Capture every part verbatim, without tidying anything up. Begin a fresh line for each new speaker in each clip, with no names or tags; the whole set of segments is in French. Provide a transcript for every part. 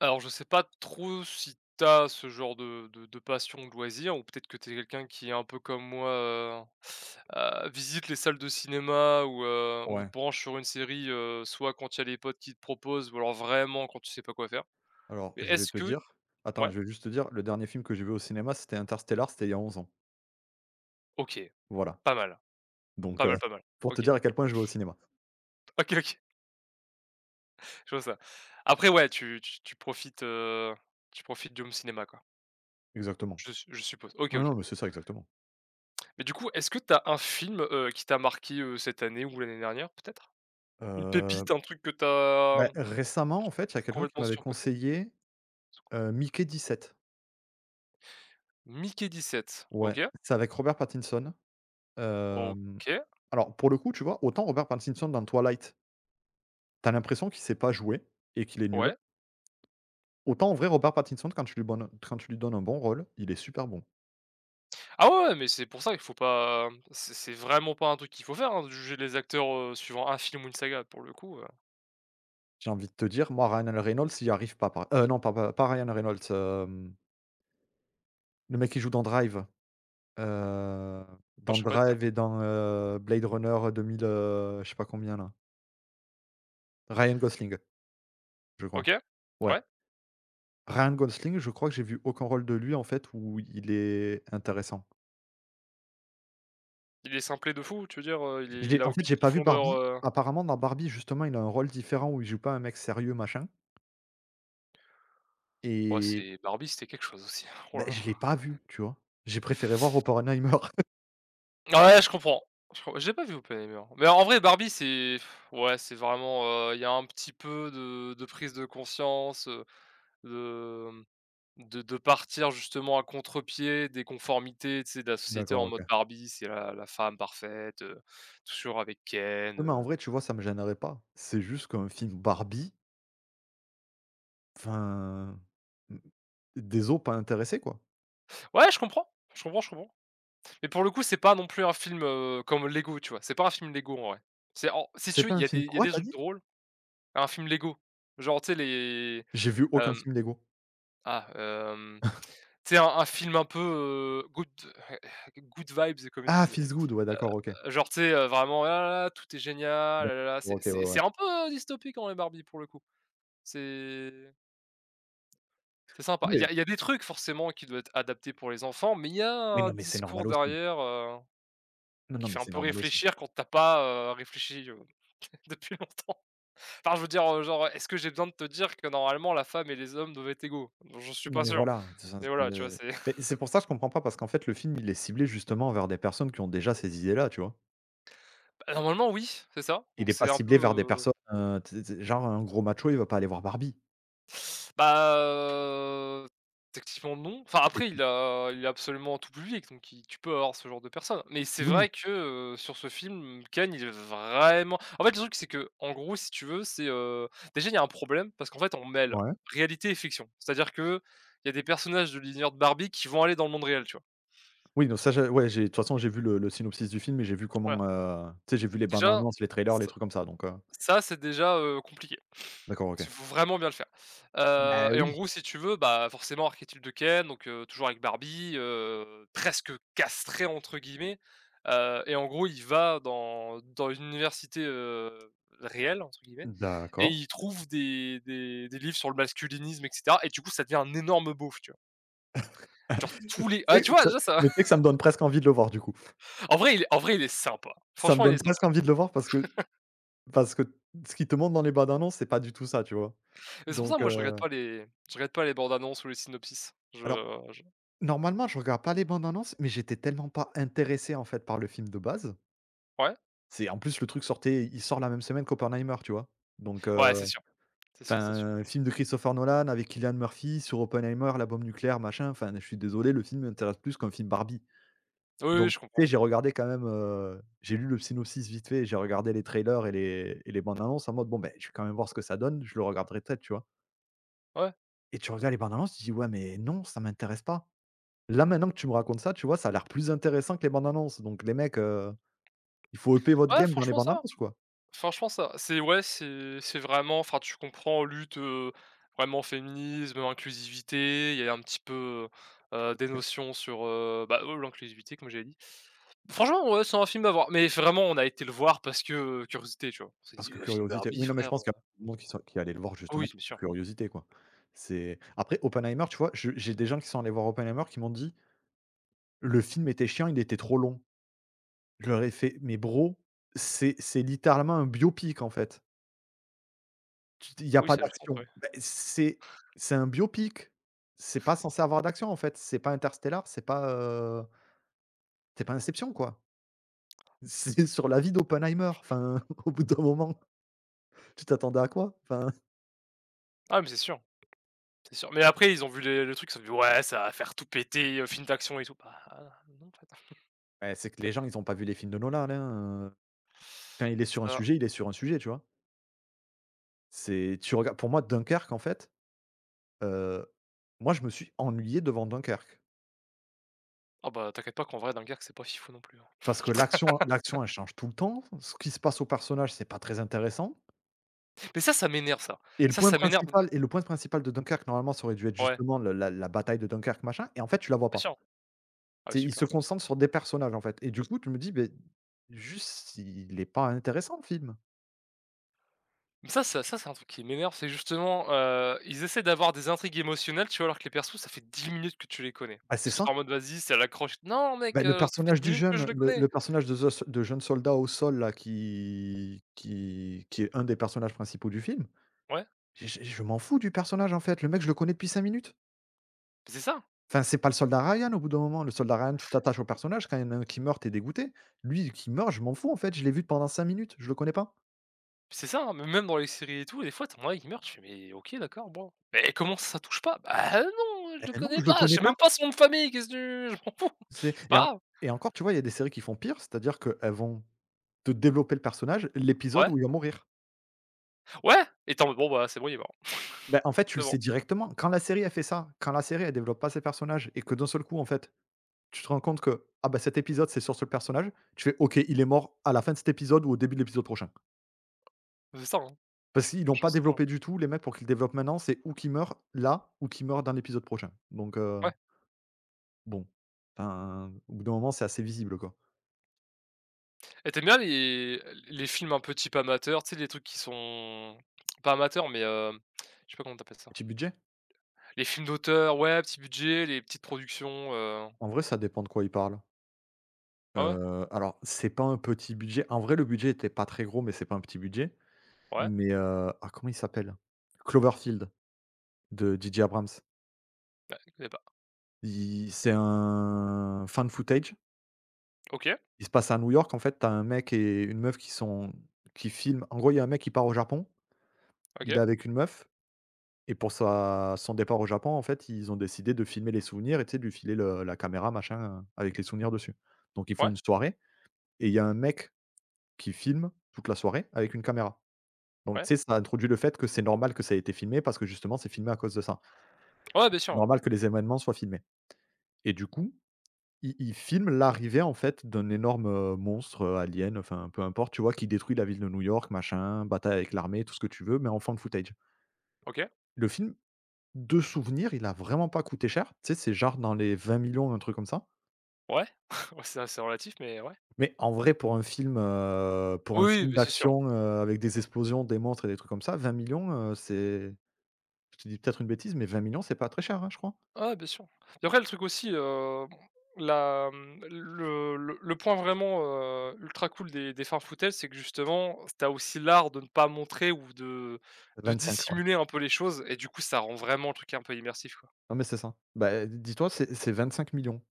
Alors je sais pas trop si t'as ce genre de de de passion, de loisir ou peut-être que t'es quelqu'un qui est un peu comme moi, heu heu, visite les salles de cinéma ou heu, ou te
Ouais,
branche sur une série, heu, soit quand il y a les potes qui te proposent ou alors vraiment quand tu sais pas quoi faire.
alors
Mais
je vais
est-ce
te
que
dire, attends,
Ouais?
je vais juste te dire, le dernier film que j'ai vu au cinéma, c'était Interstellar, c'était il y a onze ans.
OK,
Voilà,
pas mal,
donc
pas
heu,
mal, pas mal.
pour te
OK,
dire à quel point je vais au cinéma.
OK, OK. Je vois ça. Après ouais, tu tu tu profites, heu, tu profites du home cinéma quoi?
Exactement.
Je su je suppose. OK,
Non,
OK.
non, mais c'est ça exactement.
Mais du coup, est-ce que t'as un film, heu, qui t'a marqué, heu, cette année ou l'année dernière peut-être? Une
Heu,
pépite, un truc que tu as
bah, récemment, en fait, il y a quelqu'un qui
complètement
m'avait
surcoté?
conseillé, heu, Mickey dix-sept.
Mickey dix-sept.
Ouais,
OK.
c'est avec Robert Pattinson. Hem,
OK,
alors pour le coup, tu vois, autant Robert Pattinson dans Twilight, t'as l'impression qu'il sait pas jouer et qu'il est nul,
ouais.
autant en vrai Robert Pattinson quand tu lui bonnes quand tu lui donnes un bon rôle, il est super bon.
Ah ouais, ouais, mais c'est pour ça qu'il faut pas c'est c'est vraiment pas un truc qu'il faut faire, hein, de juger les acteurs, heu, suivant un film ou une saga pour le coup, heu, enfin,
J'ai envie de te dire, moi, Ryan Reynolds, il y arrive pas par heu, non, pas pas pas Ryan Reynolds, hem, le mec qui joue dans Drive, heu, dans
je sais pas te dire.
Drive et dans, heu, Blade Runner deux mille, heu, je sais pas combien là. Ryan Gosling, je crois.
OK,
Ouais,
ouais,
Ryan Gosling, je crois que j'ai vu aucun rôle de lui en fait où il est intéressant.
il est simplé de fou, tu veux dire, heu, il est il
J'ai
a
en fait,
aucune
j'ai pas vu
profondeur,
Barbie.
heu
Apparemment dans Barbie justement, il a un rôle différent où il joue pas un mec sérieux machin
Ouais,
et,
c'est Barbie, c'était quelque chose aussi, oh
ben
là
je l'ai pas vu, tu vois? J'ai préféré voir Oppenheimer.
là. Ouais, je comprends, je com j'ai pas vu Oppenheimer, mais en vrai Barbie, c'est ouais, c'est vraiment, heu, il y a un petit peu de de prise de conscience, heu, de De de partir justement à contre-pied des conformités, tu sais, de la société
D'accord,
en mode
OK.
Barbie, c'est la la femme parfaite, heu, toujours avec Ken,
Oui, mais en
heu.
vrai, tu vois, ça me gênerait pas. C'est juste qu'un film Barbie, enfin, m désolé, pas intéressés quoi.
Ouais, je comprends, je comprends, je comprends. Mais pour le coup, c'est pas non plus un film, heu, comme Lego, tu vois? C'est pas un film Lego en vrai. C'est en si
C'est
tu veux,
pas
il
un
y a des
film
il y a
quoi,
des
t'as
trucs
dit?
drôles, un film Lego. Genre, tu sais les,
J'ai vu aucun
hem,
film Lego.
ah, hem, tu sais un un film un peu, heu, good good vibes comme ils
Ah,
disent.
Feels Good, ouais, d'accord, OK.
Euh, genre, tu sais, heu, vraiment: «Ah là là, tout est génial, ah
D'accord,
là là». C'est
OK, ouais,
c'est
ouais.
c'est un peu, heu, dystopique en les Barbie pour le coup. C'est c'est sympa.
Non,
Il y
mais
a il y a des trucs forcément qui doivent être adaptés pour les enfants, mais il y a
oui,
un
non, mais c'est
discours
normal aussi.
derrière, heu,
Non, non,
qui fait
mais
un
c'est
peu
normal aussi.
réfléchir quand t'as pas, heu, réfléchi, heu, depuis longtemps. Enfin, je veux dire, heu, genre, est-ce que j'ai besoin de te dire que normalement la femme et les hommes doivent être égaux? J'en suis
Non,
pas
mais
sûr.
voilà, c'est ça,
Mais
c'est
voilà, tu vois,
euh,
c'est
mais c'est pour ça que je comprends pas parce qu'en fait, le film, il est ciblé justement vers des personnes qui ont déjà ces idées-là, tu vois?
bah, normalement oui, c'est ça.
Il
Donc
est
c'est
pas
un peu,
ciblé vers des
euh,
personnes, heu, tu sais genre un gros macho, il va pas aller voir Barbie.
bah, heu, techniquement non. Enfin après
Techni
il a il a absolument tout public, donc il tu peux avoir ce genre de personne. Mais c'est
oui,
vrai que, heu, sur ce film, Khan il est vraiment en fait le truc c'est que, en gros si tu veux c'est, heu, déjà il y a un problème parce qu'en fait on mêle
ouais.
réalité et fiction. C'est-à-dire que il y a des personnages de l'univers de Barbie qui vont aller dans le monde réel, tu vois?
Oui, donc ça, je ouais, j'ai de toute façon, j'ai vu le le synopsis du film et j'ai vu comment,
Voilà.
heu, tu sais, j'ai vu les bandes
Déjà,
annonces, les trailers, les trucs comme ça, donc heu,
ça, c'est déjà, heu, compliqué.
d'accord, OK.
Il faut vraiment bien le faire. Heu
Bah,
et en
oui.
gros, si tu veux, bah, forcément archétype de Ken, donc heu, toujours avec Barbie, heu, «presque castré» entre guillemets, heu et en gros, il va dans dans l'université, heu, «réelle» entre guillemets et
D'accord.
il trouve des des des livres sur le masculinisme et cetera et du coup, ça devient un énorme beauf, tu vois? Genre tous les
Tu
ah,
sais,
tu vois,
ça
déjà ça
mais tu sais que ça me donne presque envie de le voir, du coup.
en vrai il est en vrai il est sympa.
Ça me
Franchement, il
donne
est sympa.
presque envie de le voir parce que parce que ce qui te montre dans les bandes annonces, c'est pas du tout ça, tu vois?
Mais c'est pour ça,
Donc
moi, je
heu,
regarde pas les je regarde pas les bandes annonces ou les synopsis. Je
alors
je
normalement, je regarde pas les bandes annonces, mais j'étais tellement pas intéressé, en fait, par le film de base.
Ouais?
C'est en plus, le truc sortait il sort la même semaine qu'Oppenheimer, tu vois? Donc
Ouais,
heu
c'est sûr, c'est sûr, c'est sûr.
enfin, film de Christopher Nolan avec Cillian Murphy sur Oppenheimer, la bombe nucléaire, machin, enfin, je suis désolé, le film m'intéresse plus qu'un film Barbie.
Oui, oui,
Donc,
je
tu sais,
comprends.
j'ai regardé quand même, heu, j'ai lu le synopsis vite fait, j'ai regardé les trailers et les et les bandes annonces en mode: «Bon, ben, je vais quand même voir ce que ça donne, je le regarderai peut-être», tu vois?
Ouais,
Et tu regardes les bandes annonces, tu te dis: «Ouais, mais non, ça m'intéresse pas». Là, maintenant que tu me racontes ça, tu vois, ça a l'air plus intéressant que les bandes annonces. Donc les mecs, heu, il faut upper votre
ouais,
game dans les
franchement ça
bandes
va.
annonces, quoi.
Franchement ça va. C'est ouais, c'est c'est vraiment enfin tu comprends lutte, heu, vraiment féminisme, inclusivité, il y a un petit peu, heu, des notions sur, heu, bah, heu, l'inclusivité comme j'ai dit. Franchement, ouais, c'est un film à voir, mais vraiment on a été le voir parce que, heu, curiosité, tu vois? On s'est
Parce
dit:
que
«Heu, film
curiosité.
Barbie
Oui, non, mais je
frère,
pense qu'il y a
heu»
beaucoup de monde qui sont qui est allé le voir
ah
justement
oui, bien
parce
sûr.
que curiosité, quoi. C'est après Oppenheimer, tu vois, je j'ai des gens qui sont allés voir Oppenheimer qui m'ont dit: «Le film était chiant, il était trop long». Je leur ai fait: «Mais bro, c'est c'est littéralement un biopic en fait. Tu il y a
Oui,
pas
ça a du sens,
d'action».
ouais.
Beh, c'est c'est un biopic. C'est pas censé avoir d'action en fait. C'est pas Interstellar, c'est pas, heu, c'est pas Inception, quoi. C'est sur la vie d'Oppenheimer. Enfin, au bout d'un moment, tu t'attendais à quoi? Enfin,
Ah mais c'est sûr, c'est sûr. Mais après ils ont vu les le truc, ils se sont dit: «Ouais, ça va faire tout péter, heu, film d'action et tout». Bah ah, non en fait.
eh, c'est que les gens, ils ont pas vu les films de Nolan, hein, heu quand il est sur un
Ça
sujet, il est sur un sujet, tu vois? C'est tu regardes pour moi Dunkerque en fait, heu, moi je me suis ennuyé devant Dunkerque.
Ah bah, t'inquiète pas qu'en vrai Dunkerque, c'est pas fifou non plus, hein.
Parce que l'action hein, l'action elle change tout le temps, ce qui se passe aux personnages, c'est pas très intéressant
Mais ça, ça m'énerve ça.
et le
Ça,
point
ça m'énerve
principal et le point principal de Dunkerque normalement ça aurait dû être
ouais,
justement le la la bataille de Dunkerque machin et en fait tu la vois
bien
pas.
sûr. Ah ouais,
C'est ils
super.
se concentre sur des personnages en fait et du coup tu me dis: ben, juste il est pas intéressant le film».
Mais ça ça ça, c'est un truc qui m'énerve, c'est justement, heu, ils essaient d'avoir des intrigues émotionnelles, tu vois? Alors que les persos, ça fait dix minutes que tu les connais.
Ah, c'est
Parce que t'es en
ça.
mode: «Vas-y, c'est à l'accroche». Non
Bah,
mec,
le
heu, ça fait
personnage
dix
du
minutes que je
jeune,
le
le
connais.
le personnage de the de jeune soldat au sol là qui qui qui est un des personnages principaux du film,
Ouais,
j j je m'en fous du personnage en fait, le mec je le connais depuis cinq minutes.
mais c'est ça,
Enfin c'est pas le soldat Ryan au bout d'un moment, le soldat Ryan tu t'attaches au personnage quand il y en a un qui meurt, t'es dégoûté. Lui qui meurt, je m'en fous en fait, je l'ai vu pendant cinq minutes, je le connais pas.
c'est ça, hein, mais même dans les séries et tout, des fois, tu en as un, il meurt, tu fais: «Mais OK, d'accord, bon». Mais comment ça, ça touche pas? Bah euh, non, je le
Eh non,
connais
je le
pas, je
connais
sais même
pas.
pas son nom de famille, qu'est-ce que tu je m'en fous.
C'est
C'est
et
pas
en
grave.
et encore tu vois, il y a des séries qui font pire, c'est-à-dire qu'elles vont te développer le personnage, l'épisode
Ouais,
où il va mourir.
ouais, et tu en mode: «Bon bah, c'est bon, il est mort».
Ben en fait, tu
C'est
le
bon,
sais directement. Quand la série, a fait ça, quand la série, elle développe pas ses personnages et que d'un seul coup, en fait, tu te rends compte que, ah ben cet épisode, c'est sur ce personnage, tu fais: «OK, il est mort à la fin de cet épisode ou au début de l'épisode prochain».
c'est ça, hein.
Parce qu'ils l'ont
Franchement,
pas
c'est ça, hein.
développé du tout, les mecs, pour qu'ils le développent maintenant, c'est ou qu'il meurt là ou qu'il meurt dans l'épisode prochain. Donc heu,
Ouais
bon, enfin, au bout d'un moment, c'est assez visible, quoi.
et tu bien les les films un peu type amateurs, tu sais, les trucs qui sont pas amateurs, mais heu, je sais pas comment t'appelles ça?
Petit budget?
Les films d'auteur, ouais, petit budget, les petites productions, heu
En vrai, ça dépend de quoi ils parlent.
Ah ouais?
Heu, alors c'est pas un petit budget. En vrai, le budget était pas très gros, mais c'est pas un petit budget.
Ouais,
Mais, heu, ah comment il s'appelle? Cloverfield de D J Abrams.
je connais pas.
Il c'est un found footage.
OK,
Il se passe à New York en fait, t'as un mec et une meuf qui sont qui filment. En gros, il y a un mec qui part au Japon, il
OK,
est avec une meuf et pour sa son départ au Japon, en fait, ils ont décidé de filmer les souvenirs et tu sais, de lui filer le la caméra machin, heu, avec les souvenirs dessus. Donc ils font
ouais,
une soirée et il y a un mec qui filme toute la soirée avec une caméra. Donc
ouais.
tu sais, ça introduit le fait que c'est normal que ça ait été filmé parce que justement c'est filmé à cause de ça.
Ouais, bien
C'est
sûr, ouais.
normal que les événements soient filmés et du coup, ils ils filment l'arrivée en fait d'un énorme, heu, monstre, heu, alien, enfin peu importe, tu vois? Qui détruit la ville de New York, machin, bataille avec l'armée, tout ce que tu veux, mais en found footage.
OK,
Le film, de souvenir, il a vraiment pas coûté cher. Tu sais, c'est genre dans les vingt millions un truc comme ça,
ouais. Ouais, c'est assez relatif, mais ouais.
mais en vrai pour un film, heu, pour un
Oui,
film
mais c'est sûr.
d'action, heu, avec des explosions, des monstres et des trucs comme ça, vingt millions zéro zéro zéro, c'est je te dis peut-être une bêtise, mais vingt millions c'est pas très cher, hein, je crois?
Ah bien sûr. Et après, le truc aussi, heu, la, mmh, le le le point vraiment, heu, ultra cool des des found c'est que justement, t'as aussi l'art de ne pas montrer ou de de
vingt-cinq, ouais.
dissimuler un peu les choses et du coup, ça rend vraiment le truc un peu immersif, quoi.
Non, mais c'est ça. Bah, dis-toi, c'est c'est vingt cinq millions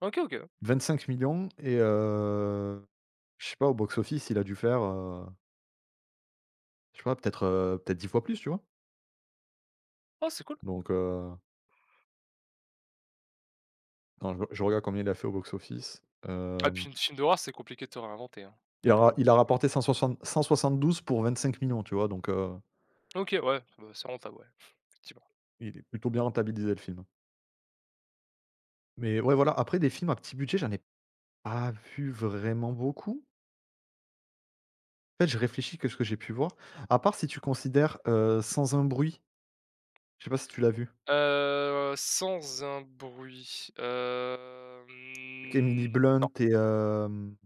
OK, OK.
vingt cinq millions et heu, je sais pas, au box office, il a dû faire, heu, je sais pas, peut-être, heu, peut-être dix fois plus, tu vois?
Ah, c'est cool.
Donc heu, attends, je je regarde combien il a fait au box office.
Ah,
Hem,
puis une film d'horreur, c'est compliqué de te réinventer, hein.
il
Ça, pour
a
le
il a
coup.
rapporté cent cent soixante soixante douze pour vingt cinq millions tu vois? Donc heu,
OK, ouais, bah, c'est rentable, ouais, effectivement.
il est plutôt bien rentabilisé, le film. Mais ouais, voilà, après des films à petit budget, j'en ai pas vu vraiment beaucoup. En fait, je réfléchis que ce que j'ai pu voir, à part si tu considères, heu, Sans un bruit, je sais pas si tu l'as vu?
Heu, sans un bruit,
Avec
hem,
Emily Blunt et hem,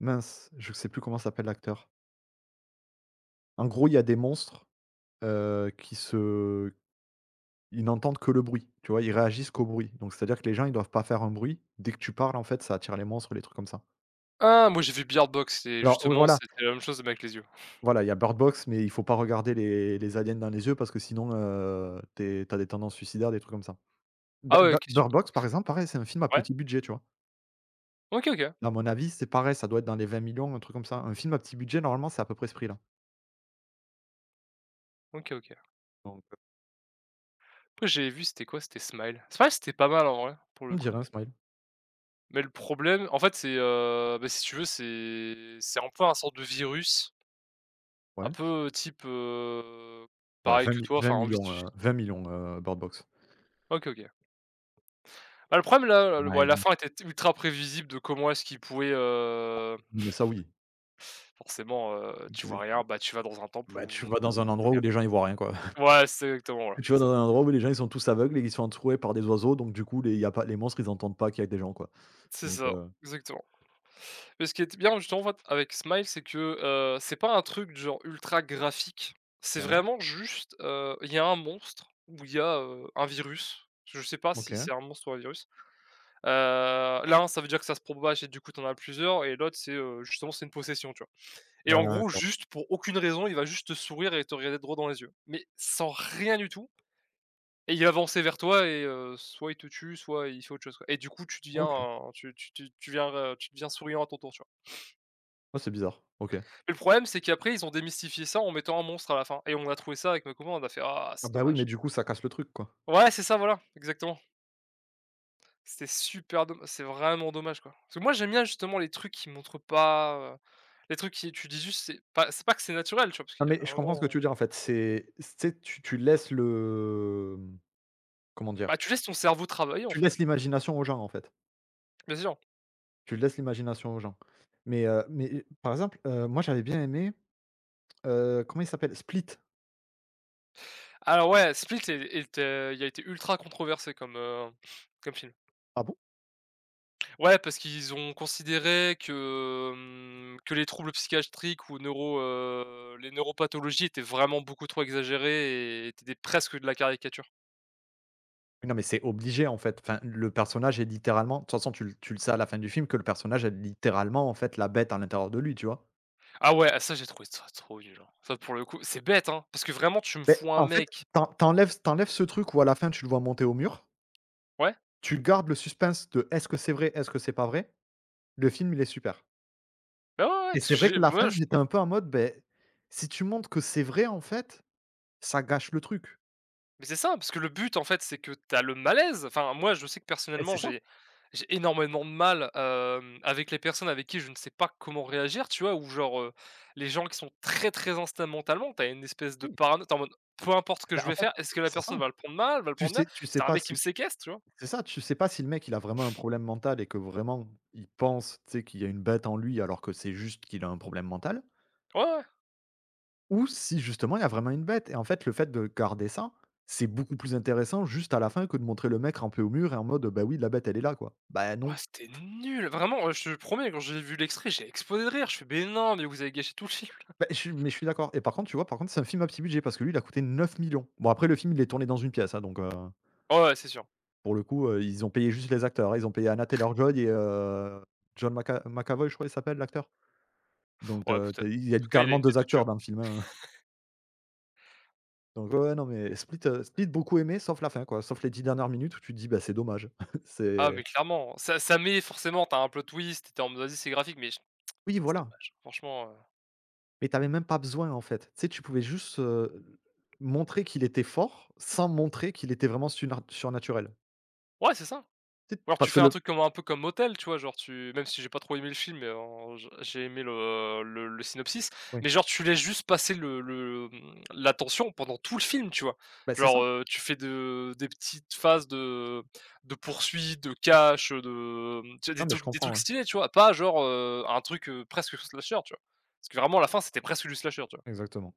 mince, je sais plus comment s'appelle l'acteur. En gros, il y a des monstres, heu, qui se ils n'entendent que le bruit, tu vois? Ils réagissent qu'au bruit. Donc c'est-à-dire que les gens, ils doivent pas faire un bruit. Dès que tu parles, en fait, ça attire les monstres, les trucs comme ça.
ah, moi, j'ai vu Beard Box et
Alors oui,
justement,
voilà,
c'était la même chose mais avec les yeux.
voilà, il y a Bird Box, mais il faut pas regarder les les aliens dans les yeux parce que sinon, heu, tu es des tendances suicidaires, des trucs comme ça. Beh,
Ah ouais,
Bi
OK,
Bird Box, par exemple, pareil, c'est un film à
ouais.
petit budget, tu vois?
OK, OK.
À mon avis, c'est pareil, ça doit être dans les vingt millions, un truc comme ça. Un film à petit budget, normalement, c'est à peu près ce prix-là.
OK, OK.
Donc, heu,
Après j'ai vu c'était quoi? C'était Smile. Smile c'était pas mal en vrai, pour le
on
coup.
dirait un smile,
Mais le problème en fait c'est, heu, bah, si tu veux c'est c'est un peu un sorte de virus, un
ouais.
peu type, heu,
Ouais,
pareil
vingt
que
mi
toi,
vingt
enfin envie
millions,
tu
heu, vingt millions, heu, Bird Box.
OK, OK. Bah, le problème là, le ouais,
Ouais,
la
il
fin était ultra prévisible de comment est-ce qu'il pouvait, heu,
mais ça, oui.
forcément, heu, tu
Tu
vois rien, bah, tu vas dans un temple
Bah, tu
où
vas
de
dans
où
un endroit
il y
où
a
les gens ils voient rien, quoi.
ouais, c'est exactement, voilà,
Tu
c'est
vas
ça.
dans un endroit où les gens ils sont tous aveugles et ils sont entourés par des oiseaux, donc du coup les, il y a pas, les monstres ils entendent pas qu'il y a des gens, quoi.
C'est
Donc,
ça,
heu,
exactement. Mais ce qui était bien justement en fait avec Smile, c'est que, heu, c'est pas un truc du genre ultra graphique. C'est
ouais,
vraiment juste, heu, il y a un monstre ou il y a, heu, un virus. Je sais pas
OK,
si c'est un monstre ou un virus. Heu, L'un, ça veut dire que ça se propage et du coup t'en as plusieurs et l'autre c'est, heu, justement c'est une possession, tu vois? Et en gros
d'accord,
juste pour aucune raison, il va juste te sourire et te regarder droit dans les yeux, mais sans rien du tout et il va avancer vers toi et heu, soit il te tue, soit il fait autre chose, quoi et du coup tu deviens
OK.
un tu tu tu tu deviens, heu, tu deviens souriant à ton tour, tu vois?
Ah, c'est bizarre, OK.
Et le problème, c'est qu'après, ils ont démystifié ça en mettant un monstre à la fin et on a trouvé ça avec ma copine, on a fait: «Ah,
Ah
c'est
bah oui, mais
dommage».
du coup ça casse le truc, quoi.
Ouais, c'est ça, voilà, exactement. C'était super dom c'est vraiment dommage, quoi. Parce que moi, j'aime bien justement les trucs qui montrent pas, heu, les trucs qui tu dis juste c'est pas c'est pas que c'est naturel, tu vois? Parce
Ah
qu'il y a
mais
un
je comprends ce que tu
moment
veux dire, en fait, c'est c'est tu tu laisses le, mmh, comment
bah,
dire?
tu laisses ton cerveau travailler, en
Tu
fait,
laisses l'imagination aux gens, en fait.
bien sûr.
Tu laisses l'imagination aux gens. Mais heu, mais par exemple, heu, moi j'avais bien aimé, Heu, comment il s'appelle? Split.
Alors ouais, Split est est, heu, il a été ultra controversé comme, heu, comme film.
Ah bon?
Ouais, parce qu'ils ont considéré que, hem, que les troubles psychiatriques ou neuro, heu, les neuropathologies étaient vraiment beaucoup trop exagérées et étaient des presque de la caricature.
Non, mais c'est obligé, en fait. Enfin, le personnage est littéralement, de toute façon, tu le tu le sais à la fin du film que le personnage est littéralement, en fait, la bête à l'intérieur de lui, tu vois?
Ah ouais, ah ça j'ai trouvé ça trop nul, hein. Ça pour le coup, c'est bête, hein, parce que vraiment tu me
Mais
fous un
en fait,
mec
t'en t'enlèves enlèves ce truc où à la fin, tu le vois monter au mur,
ouais,
tu gardes le suspense de: «Est-ce que c'est vrai? Est-ce que c'est pas vrai?» Le film, il est super,
bah, ouais, ouais,
et
parce
c'est
que
vrai
j'ai
que la
moi
fin, j'étais un peu en mode, ben si tu montres que c'est vrai, en fait, ça gâche le truc,
mais c'est ça, parce que le but, en fait, c'est que t'as le malaise. Enfin, moi, je sais que
et
personnellement,
c'est ça,
j'ai j'ai énormément de mal, hem, avec les personnes avec qui je ne sais pas comment réagir, tu vois? Ou genre, heu, les gens qui sont très, très instables mentalement, tu une espèce de
oui.
parano tu es en mode: «Peu importe ce que
Bah,
je
en
vais
fait,
faire, est-ce que la
c'est ça.
personne va le prendre mal, va le
Tu
prendre bien?»
sais tu
C'est
sais
un
pas
mec qui
si,
me séquestre, tu vois?
c'est ça, tu sais pas si le mec, il a vraiment un problème mental et que vraiment il pense, tu sais, qu'il y a une bête en lui, alors que c'est juste qu'il a un problème mental,
Ouais, ouais.
ou si justement il y a vraiment une bête, et en fait, le fait de garder ça, c'est beaucoup plus intéressant juste à la fin que de montrer le mec rampé au mur et en mode: «Bah oui, la bête, elle est là, quoi». Bah
Ouais,
non.
c'était nul, vraiment, heu, je te promets, quand j'ai vu l'extrait, j'ai explosé de rire. Je fais: «Mais non, mais vous avez gâché tout le film».
Bah, je suis mais je suis d'accord, et par contre, tu vois, par contre, c'est un film à petit budget parce que lui, il a coûté neuf millions. Bon, après le film, il est tourné dans une pièce, hein, donc, heu,
Ouais, ouais, c'est sûr.
pour le coup, heu, ils ont payé juste les acteurs, hein. Ils ont payé Anna Taylor-Joy et heu, John Maca McAvoy, je crois il s'appelle, l'acteur? Donc,
Ouais,
heu,
peut-être.
tu il y a
En tout cas, il a
littéralement
une tête
deux
de
acteurs
tueur.
dans le film, hein. Donc ouais, ouais, non, mais Split, heu, Split beaucoup aimé, sauf la fin, quoi. Sauf les dix dernières minutes où tu te dis: «Bah, c'est dommage».
Ah
C'est
mais clairement, ça ça met forcément t'as un plot twist, t'es en mode: «Vas-y, c'est graphique» mais je-
oui,
c'est
voilà,
dommage. Franchement, heu,
mais t'avais même pas besoin, en fait. Tu sais, tu pouvais juste, heu, montrer qu'il était fort, sans montrer qu'il était vraiment suna surnaturel.
ouais, c'est ça.
Tu sais,
Ou alors tu
parce que
fais un
le,
truc comme un peu comme motel tu vois? Genre tu même si j'ai pas trop aimé le film, mais en j j'ai aimé le le le synopsis,
oui,
mais genre tu laisses juste passer le le, mmh, l'attention pendant tout le film, tu vois?
bah, c'est
Genre,
ça.
heu, tu fais de des petites phases de de poursuite, de cache, de, mmh, tu sais
Non,
des
mais je
trucs des
comprends,
trucs
ouais,
stylés, tu vois? Pas genre, heu, un truc, heu, presque slasher, tu vois? Parce que vraiment à la fin, c'était presque du slasher, tu vois?
exactement.